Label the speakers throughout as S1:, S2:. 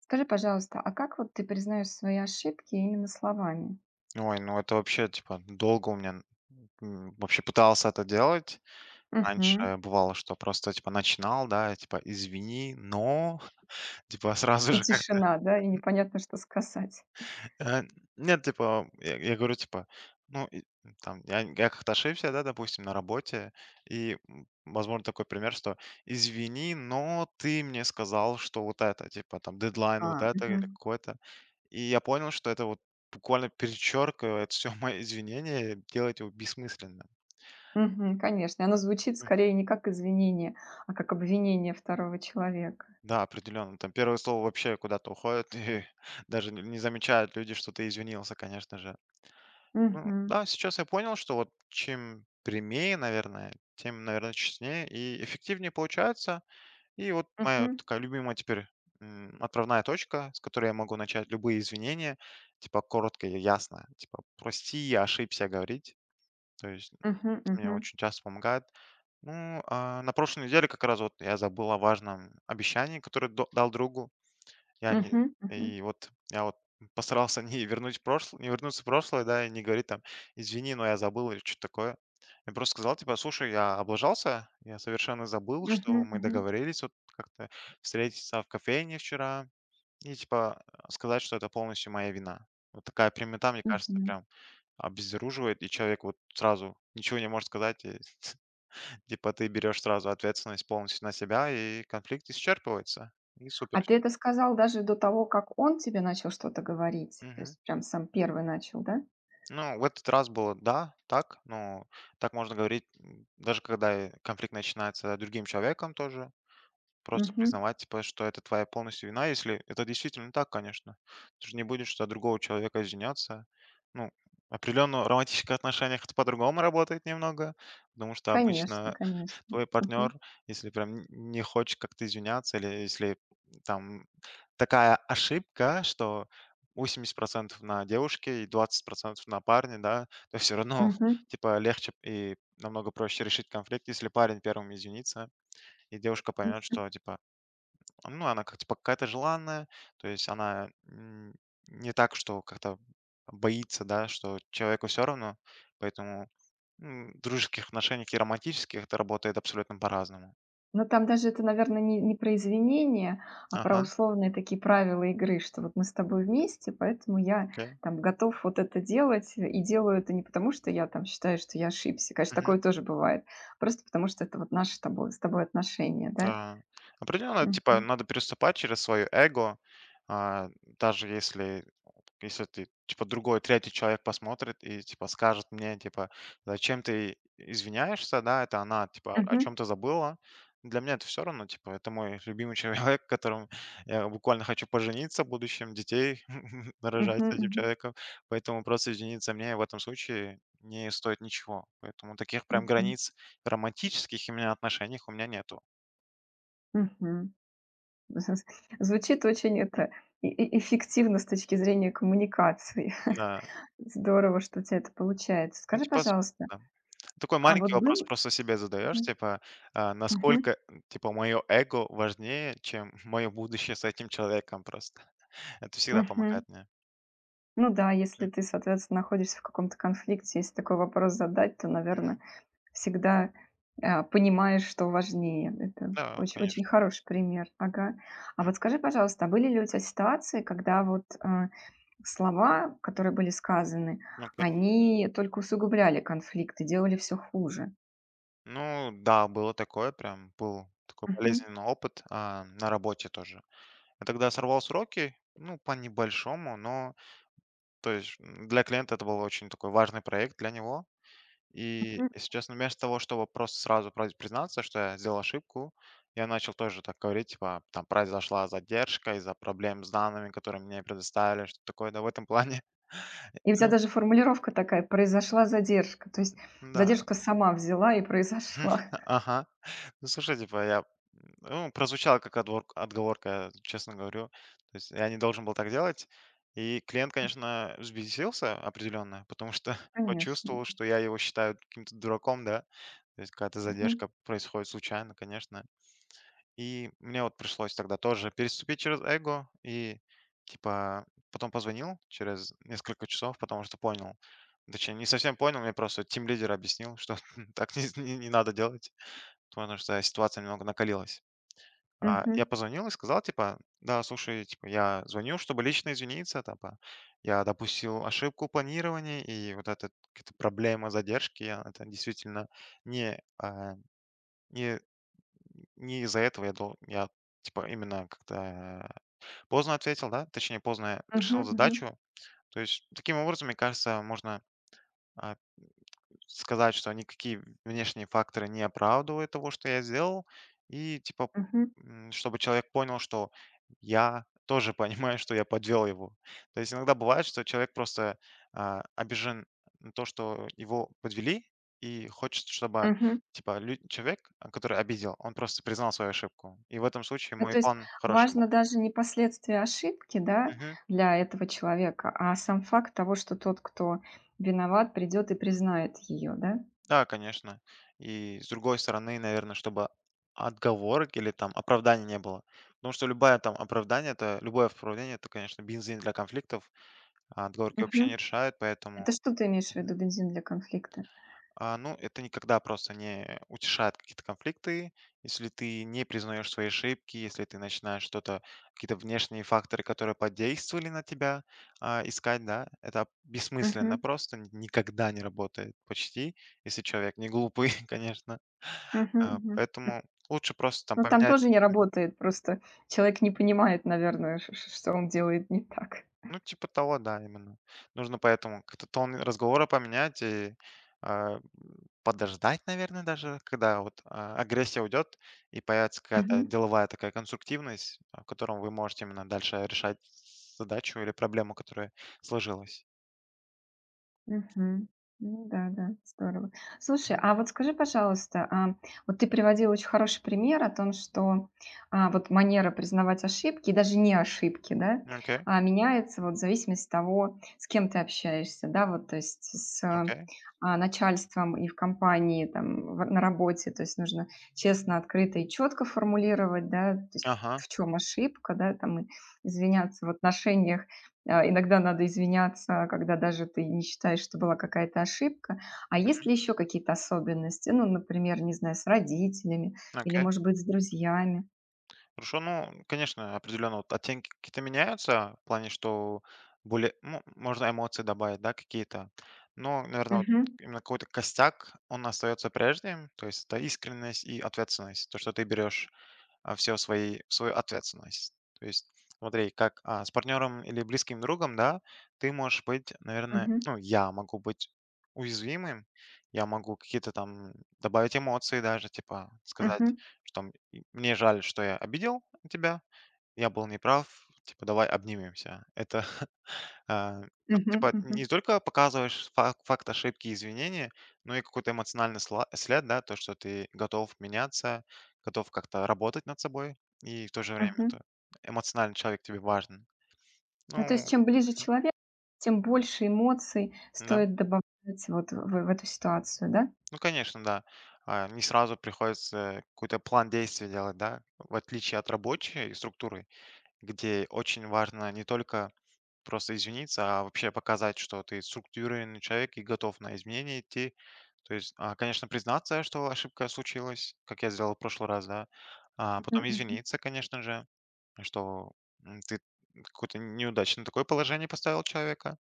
S1: Скажи, пожалуйста, а как вот ты признаешь свои ошибки именно словами?
S2: Ой, ну это вообще, типа, долго у меня вообще пытался это делать.
S1: Мгм.
S2: Раньше бывало, что просто, типа, начинал, да, типа, извини, но, типа, сразу
S1: И
S2: же как-то.
S1: тишина, да, и непонятно, что сказать.
S2: Э, нет, типа, я говорю, типа, ну, и там я как-то ошибся, да, допустим, на работе, и, возможно, такой пример, что: "Извини, но ты мне сказал, что вот это", типа, там дедлайн вот
S1: А,
S2: это или
S1: мгм.
S2: какое-то. И я понял, что это вот буквально перечеркивает все мои извинения и делает его бессмысленным.
S1: Мгм, конечно. И оно звучит
S2: Мгм.
S1: скорее не как извинение, а как обвинение второго человека.
S2: Да, определенно. Там первое слово вообще куда-то уходит, и даже не замечают люди, что ты извинился, конечно же. Ну
S1: Мгм.
S2: да, сейчас я понял, что вот чем прямее, наверное, тем, наверное, честнее и эффективнее получается. И вот моя вот
S1: Мгм.
S2: такая любимая теперь отправная точка, с которой я могу начать любые извинения, типа коротко и ясно, типа прости, я ошибся говорить. То есть
S1: Мгм.
S2: это мне
S1: Мгм.
S2: очень часто помогает. Ну, на прошлой неделе как раз вот я забыл о важном обещании, которое дал другу. Я не
S1: Мгм. Мгм.
S2: и вот я вот постарался не вернуть прошлое, не вернуться в прошлое, да, и не говорить там: "Извини, но я забыл" или что то такое. Я просто сказал типа: "Слушай, я облажался, я совершенно забыл, что
S1: Мгм.
S2: мы
S1: Мгм.
S2: договорились вот как-то встретиться в кофейне вчера". И типа, сказать, что это полностью моя вина. Вот такая прямота, мне кажется,
S1: Мгм.
S2: прям обезоруживает, и человек вот сразу ничего не может сказать, и типа ты берешь сразу ответственность полностью на себя, и конфликт исчерпывается. И супер.
S1: А ты это сказал даже до того, как он тебе начал что-то говорить? То
S2: Мгм.
S1: есть прям сам первый начал, да?
S2: Ну, в этот раз было да, так, но так можно говорить, даже когда и конфликт начинается другим человеком тоже. Просто
S1: Мгм.
S2: признавать, типа, что это твоя полностью вина, если это действительно так, конечно. Ты же не будешь за другого человека извиняться. Ну, определенно в романтических отношениях это по-другому работает немного, потому что
S1: Конечно,
S2: обычно
S1: конечно.
S2: твой
S1: Мгм.
S2: партнер, если прям не хочет как-то извиняться, или если там такая ошибка, что 80% на девушке и 20% на парне, да, то все равно,
S1: Мгм.
S2: типа, легче и намного проще решить конфликт, если парень первым извинится, и девушка поймет,
S1: Мгм.
S2: что, типа, ну, она как, типа, какая-то желанная, то есть она не так, что как-то боится, да, что человеку все равно, поэтому в дружеских отношениях и романтических это работает абсолютно по-разному.
S1: Но там даже это, наверное, не про извинения, а про
S2: Ага,
S1: условные такие правила игры, что вот мы с тобой вместе, поэтому я
S2: окей.
S1: там готов вот это делать, и делаю это не потому, что я там считаю, что я ошибся, конечно,
S2: Мгм.
S1: такое тоже бывает, просто потому что это вот наши с тобой отношения, да?
S2: Да. Определенно, типа,
S1: Мгм.
S2: надо переступать через свое эго, а, даже если. Если ты, типа, другой, третий человек посмотрит и, типа, скажет мне, типа, зачем ты извиняешься, да, это она, типа, о
S1: Мгм.
S2: чем-то забыла. Для меня это все равно, типа, это мой любимый человек, которым я буквально хочу пожениться в будущем, детей нарожать
S1: Мгм.
S2: с этим
S1: Мгм.
S2: человеком. Поэтому просто извиниться мне в этом случае не стоит ничего. Поэтому таких прям
S1: Мгм.
S2: границ романтических именно отношениях у меня нету.
S1: Мгм. Звучит очень
S2: М,
S1: это эффективно с точки зрения коммуникации.
S2: Да.
S1: Здорово, что у тебя это получается.
S2: Ну,
S1: Скажи,
S2: типа, с
S1: пожалуйста,
S2: да. Такой
S1: а вот
S2: маленький вопрос
S1: был.
S2: просто себе задаешь,
S1: Мгм.
S2: типа,
S1: Мгм.
S2: насколько, типа, мое эго важнее, чем мое будущее с этим человеком просто. Это всегда помогает
S1: Мгм.
S2: мне.
S1: Ну да, если
S2: М,
S1: ты, соответственно, находишься в каком-то конфликте, если такой вопрос задать, то, наверное,
S2: мгм.
S1: всегда, понимаешь, что важнее. Это
S2: Да,
S1: оч очень
S2: конечно.
S1: хороший пример. Ага. А вот
S2: М,
S1: скажи, пожалуйста, а были ли у тебя ситуации, когда вот, слова, которые были сказаны,
S2: окей.
S1: они только усугубляли конфликт и делали все хуже.
S2: Ну да, было такое, прям был такой
S1: Мгм.
S2: болезненный опыт, на работе тоже. Я тогда сорвал сроки, ну, по небольшому, но, то есть, для клиента это был очень такой важный проект для него. И,
S1: Мгм.
S2: если честно, вместо того, чтобы просто сразу праз признаться, что я сделал ошибку, я начал тоже так говорить, типа, там произошла задержка из-за проблем с данными, которые мне предоставили, что такое, да, в этом плане.
S1: И у тебя даже формулировка такая: «Произошла задержка». То есть
S2: Да.
S1: задержка сама взяла и произошла.
S2: Да, ага. Ну, слушай, типа, я ну, прозвучало как отговорка, честно говорю. То есть я не должен был так делать. И клиент, конечно, взбесился определенно, потому что
S1: Конечно.
S2: почувствовал, что я его считаю каким-то дураком, да. То есть какая-то
S1: Мгм.
S2: задержка происходит случайно, конечно. И мне вот пришлось тогда тоже переступить через эго и, типа, потом позвонил через несколько часов, потому что понял. Точнее, не совсем понял, мне просто тимлидер объяснил, что так не, не надо делать, потому что ситуация немного накалилась. Я
S1: Мгм.
S2: позвонил и сказал, типа, да, слушай, типа, я звоню, чтобы лично извиниться, типа, я допустил ошибку планирования, и вот эта какая-то проблема задержки, я- это действительно не, не не из-за этого я дол я, типа, именно как-то поздно ответил, да, точнее, поздно решил
S1: Мгм. Мгм.
S2: задачу. То есть таким образом, мне кажется, можно, а, сказать, что никакие внешние факторы не оправдывают того, что я сделал. И типа,
S1: Мгм.
S2: чтобы человек понял, что я тоже понимаю, что я подвел его. То есть иногда бывает, что человек просто обижен на то, что его подвели, и хочет, чтобы
S1: Мгм.
S2: типа человек, который обидел, он просто признал свою ошибку. И в этом случае
S1: Ну,
S2: мой
S1: то есть
S2: план хороший был.
S1: важно даже не последствия ошибки, да, для этого человека, а сам факт того, что тот, кто виноват, придет и признает ее, да?
S2: Да, конечно. И с другой стороны, наверное, чтобы отговорок или там оправданий не было. Потому что любое там оправдание, это любое оправдание, это, конечно, бензин для конфликтов, а отговорки вообще не
S1: Мгм.
S2: решают, поэтому
S1: Это что ты имеешь в виду, бензин для конфликта?
S2: ну, это никогда просто не утешает какие-то конфликты, если ты не признаешь свои ошибки, если ты начинаешь что-то, какие-то внешние факторы, которые подействовали на тебя, искать, да, это бессмысленно
S1: Мгм.
S2: просто, никогда не работает почти, если человек не глупый, конечно.
S1: Мгм. Мгм.
S2: Поэтому лучше просто там
S1: Ну, там
S2: поменять.
S1: тоже не работает, просто человек не понимает, наверное, ш ш что он делает не так.
S2: Ну, типа того, да, именно. Нужно поэтому как-то тон разговора поменять и а, подождать, наверное, даже, когда вот агрессия уйдет и появится какая-то деловая такая конструктивность, в котором вы можете именно дальше решать задачу или проблему, которая сложилась.
S1: Мгм. Ну да, да, здорово. Слушай,
S2: Мгм.
S1: а вот скажи, пожалуйста, вот ты приводил очень хороший пример о том, что вот манера признавать ошибки, и даже не ошибки, да,
S2: Окей,
S1: меняется вот в зависимости от того, с кем ты общаешься, да, вот, то есть с
S2: окей,
S1: начальством и в компании, там, на работе, то есть нужно честно, открыто и четко формулировать, да, то есть
S2: ага,
S1: в чем ошибка, да, там, и извиняться в отношениях. Иногда надо извиняться, когда даже ты не считаешь, что была какая-то ошибка. А есть
S2: мгм,
S1: ли еще какие-то особенности? Ну, например, не знаю, с родителями или,
S2: окей.
S1: может быть, с друзьями?
S2: Хорошо, ну, конечно, определенно вот оттенки какие-то меняются, в плане, что более, ну, можно эмоции добавить, да, какие-то. Но, наверное, вот
S1: Мгм.
S2: именно какой-то костяк, он остается прежним, то есть это искренность и ответственность, то, что ты берешь все свои свою ответственность. То есть смотри, как, с партнером или близким другом, да, ты можешь быть, наверное,
S1: Мгм.
S2: ну, я могу быть уязвимым, я могу какие-то там добавить эмоции даже, типа сказать,
S1: Мгм.
S2: что там: "И мне жаль, что я обидел тебя, я был неправ, типа давай обнимемся". Это а, тут,
S1: Мгм.
S2: типа, не
S1: Мгм.
S2: только показываешь факт ошибки и извинения, но и какой-то эмоциональный сла след, да, то, что ты готов меняться, готов как-то работать над собой, и в то же время
S1: Мгм.
S2: то эмоциональный человек тебе важен.
S1: Ну, то есть,
S2: Ну
S1: чем ближе человек, тем больше эмоций
S2: да,
S1: стоит добавлять вот в эту ситуацию, да?
S2: ну, конечно, да. Не сразу приходится какой-то план действий делать, да, в отличие от рабочей структуры, где очень важно не только просто извиниться, а вообще показать, что ты структурированный человек и готов на изменения идти. То есть, конечно, признаться, что ошибка случилась, как я сделал в прошлый раз, да.
S1: Мгм.
S2: Потом
S1: Мгм.
S2: извиниться, конечно же, что ты какое-то неудачное такое положение поставил человека.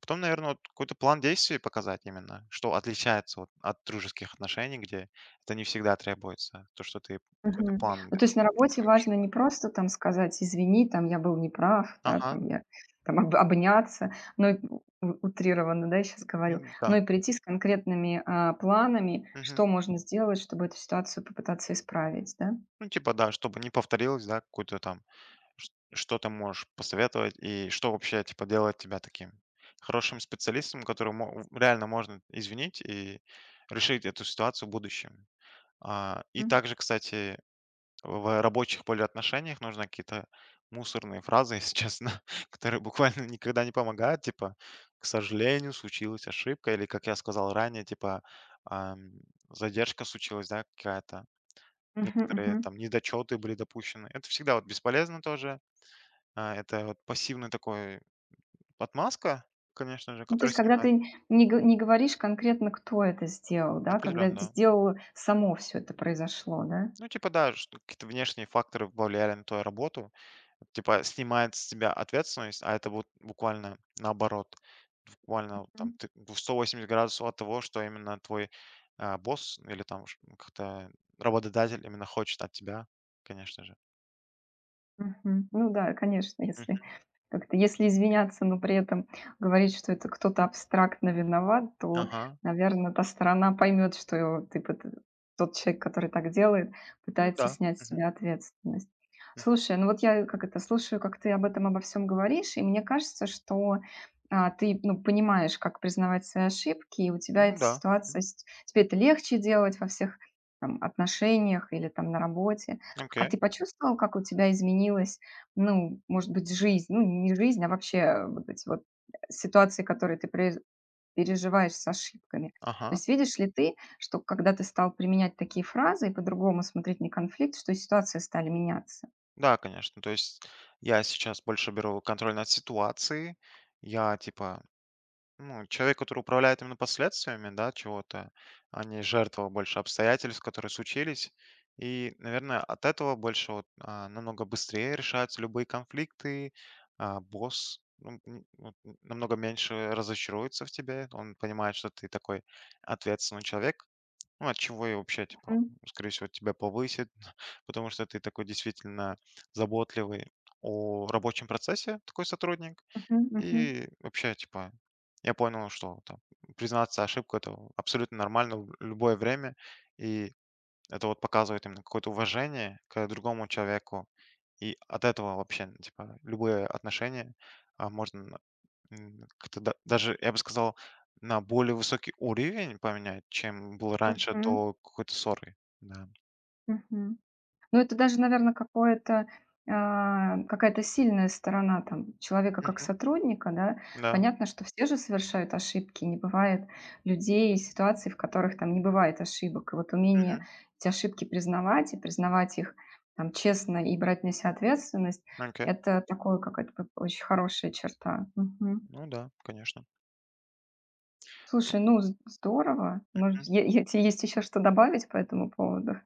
S2: Потом, наверное, какой-то план действий показать именно, что отличается вот от дружеских отношений, где это не всегда требуется, то, что ты какой-то
S1: Мгм.
S2: план
S1: Ну,
S2: да,
S1: то есть на работе
S2: готовишь.
S1: важно не просто там сказать: «Извини, там я был неправ», да,
S2: Ага,
S1: там я там об обняться, но и у утрированно, да, я сейчас
S2: ну
S1: говорю,
S2: да.
S1: но и прийти с конкретными, планами,
S2: Мгм.
S1: что можно сделать, чтобы эту ситуацию попытаться исправить, да?
S2: Ну, типа, да, чтобы не повторилось, да, какую-то там, что ты можешь посоветовать и что вообще, типа, делает тебя таким хорошим специалистом, которому реально можно извинить и решить эту ситуацию в будущем. И
S1: М.
S2: также, кстати, в рабочих более отношениях нужно какие-то мусорные фразы, если честно, которые буквально никогда не помогают, типа, к сожалению, случилась ошибка, или, как я сказал ранее, типа, ам, задержка случилась, да, какая-то.
S1: Мгм,
S2: Некоторые
S1: мгм.
S2: там недочеты были допущены. Это всегда вот бесполезно тоже. Это вот пассивный такой отмазка, конечно же,
S1: Ну, то
S2: которая
S1: есть когда
S2: снимает
S1: ты не говоришь конкретно, кто это сделал, да, когда
S2: определенно, да.
S1: сделал само все это произошло, да?
S2: Ну, типа, да, что какие-то внешние факторы повлияли на твою работу. Типа, снимает с тебя ответственность, а это вот буквально наоборот. Буквально там ты в 180 градусов от того, что именно твой босс или там как-то работодатель именно хочет от тебя, конечно же.
S1: Мгм. Ну да, конечно, если
S2: Мгм.
S1: как-то если извиняться, но при этом говорить, что это кто-то абстрактно виноват, то,
S2: Ага.
S1: наверное, та сторона поймет, что ты пыт тот человек, который так делает,
S2: Ну
S1: пытается
S2: да.
S1: снять с
S2: Мгм.
S1: себя ответственность.
S2: Мгм.
S1: Слушай, ну вот я как это слушаю, как ты об этом обо всем говоришь, и мне кажется, что, ты, ну, понимаешь, как признавать свои ошибки, и у тебя
S2: Ну
S1: эта
S2: да.
S1: ситуация с тебе это легче делать во всех там отношениях или там на работе. А
S2: Окей.
S1: ты почувствовал, как у тебя изменилась, ну, может быть, жизнь? Ну, не жизнь, а вообще вот эти вот ситуации, которые ты пре переживаешь с ошибками. То
S2: Ага.
S1: есть видишь ли ты, что когда ты стал применять такие фразы и по-другому смотреть на конфликт, что и ситуации стали меняться?
S2: Да, конечно. То есть я сейчас больше беру контроль над ситуацией. Я типа, ну, человек, который управляет именно последствиями, да, чего-то, а не жертва больше обстоятельств, которые случились. И, наверное, от этого больше вот, намного быстрее решаются любые конфликты. Босс ну, вот, намного меньше разочаруется в тебе. Он понимает, что ты такой ответственный человек, ну, от чего и вообще, типа,
S1: Мгм,
S2: скорее всего, тебя повысит, потому что ты такой действительно заботливый о рабочем процессе, такой сотрудник.
S1: мгм, мгм,
S2: И вообще, типа, я понял, что там, признаться ошибку это абсолютно нормально в любое время. И это вот показывает именно какое-то уважение к другому человеку. И от этого вообще, типа, любые отношения можно как-то да даже, я бы сказал, на более высокий уровень поменять, чем был раньше
S1: мгм,
S2: до какой-то ссоры. Да.
S1: мгм. Ну, это даже, наверное, какое-то, какая-то сильная сторона там человека как
S2: Мгм.
S1: сотрудника, да.
S2: Да.
S1: Понятно, что все же совершают ошибки, не бывает людей и ситуаций, в которых там не бывает ошибок. И вот умение
S2: Мгм.
S1: эти ошибки признавать и признавать их там честно и брать на себя ответственность —
S2: Окей.
S1: это такое какая-то п очень хорошая черта. Мгм.
S2: Ну да, конечно. Ну,
S1: Слушай, ну, з здорово. Может,
S2: мгм.
S1: е е те есть еще что добавить по этому поводу?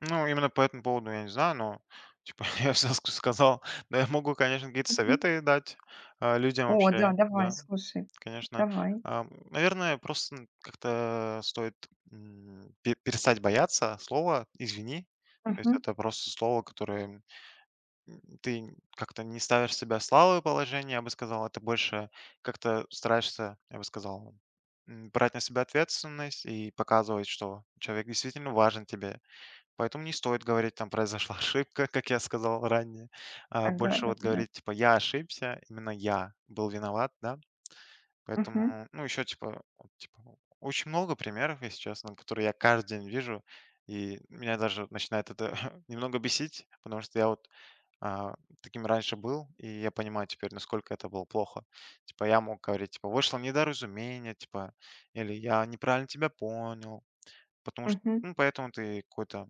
S2: Ну, именно по этому поводу я не знаю, но, типа, я все ск сказал. Да, я могу, конечно, какие-то
S1: Мгм.
S2: советы дать, людям
S1: О да,
S2: вообще.
S1: давай,
S2: Да,
S1: слушай,
S2: конечно.
S1: давай.
S2: Наверное, просто, как-то стоит, пе перестать бояться слова "извини". То есть
S1: Мгм.
S2: это просто слово, которое ты как-то не ставишь себя в слабое положение, я бы сказал, а ты больше как-то стараешься, я бы сказал, брать на себя ответственность и показывать, что человек действительно важен тебе. Поэтому не стоит говорить, там произошла ошибка, как я сказал ранее, а
S1: Ага,
S2: больше вот
S1: да-да-да.
S2: говорить, типа, я ошибся, именно я был виноват, да. Поэтому,
S1: Мгм,
S2: ну, еще, типа, вот, типа, очень много примеров, если честно, которые я каждый день вижу, и меня даже начинает это немного бесить, потому что я вот а, таким раньше был, и я понимаю теперь, насколько это было плохо. Типа я мог говорить, типа, вышло недоразумение, типа, или я неправильно тебя понял, потому что,
S1: мгм.
S2: ну, поэтому ты какую-то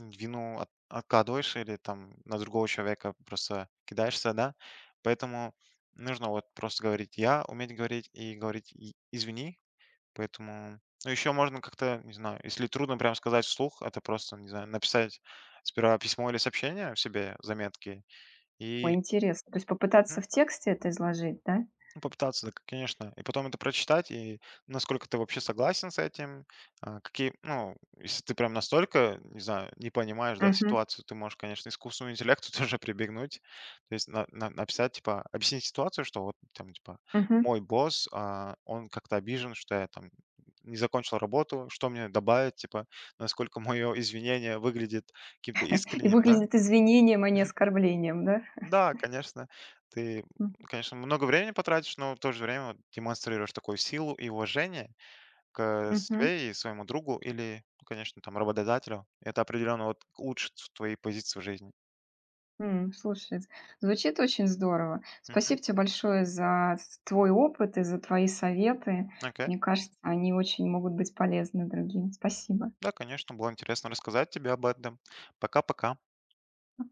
S2: вину откладываешь или там на другого человека просто кидаешься, да. Поэтому нужно вот просто говорить «я», уметь говорить и говорить «извини», поэтому... Ну, еще можно как-то, не знаю, если трудно прям сказать вслух, это просто, не знаю, написать сперва письмо или сообщение в себе, заметки,
S1: Ой,
S2: и.
S1: интересно. То есть попытаться
S2: Мгм.
S1: в тексте это изложить, да?
S2: Ну, попытаться, да, к конечно. И потом это прочитать, и насколько ты вообще согласен с этим, какие ну, если ты прям настолько, не знаю, не понимаешь, да,
S1: Мгм,
S2: ситуацию, ты можешь, конечно, искусственному интеллекту тоже прибегнуть. То есть на написать, типа, объяснить ситуацию, что вот там, типа,
S1: мгм.
S2: мой босс, он как-то обижен, что я там не закончил работу, что мне добавить, типа, насколько мое извинение выглядит каким-то
S1: И
S2: искренним, да?
S1: выглядит извинением, а не оскорблением, да?
S2: Да, конечно, ты,
S1: Мгм,
S2: конечно, много времени потратишь, но в то же время вот демонстрируешь такую силу и уважение к
S1: мгм.
S2: себе и своему другу или, ну, конечно, там, работодателю. Это определенно вот улучшит твои позиции в жизни.
S1: Слушай, з звучит очень здорово.
S2: Мгм.
S1: Спасибо тебе большое за с твой опыт и за твои советы.
S2: Окей.
S1: Мне кажется, они очень могут быть полезны другим. Спасибо.
S2: Да, конечно, было интересно рассказать тебе об этом. Пока-пока.
S1: Пока.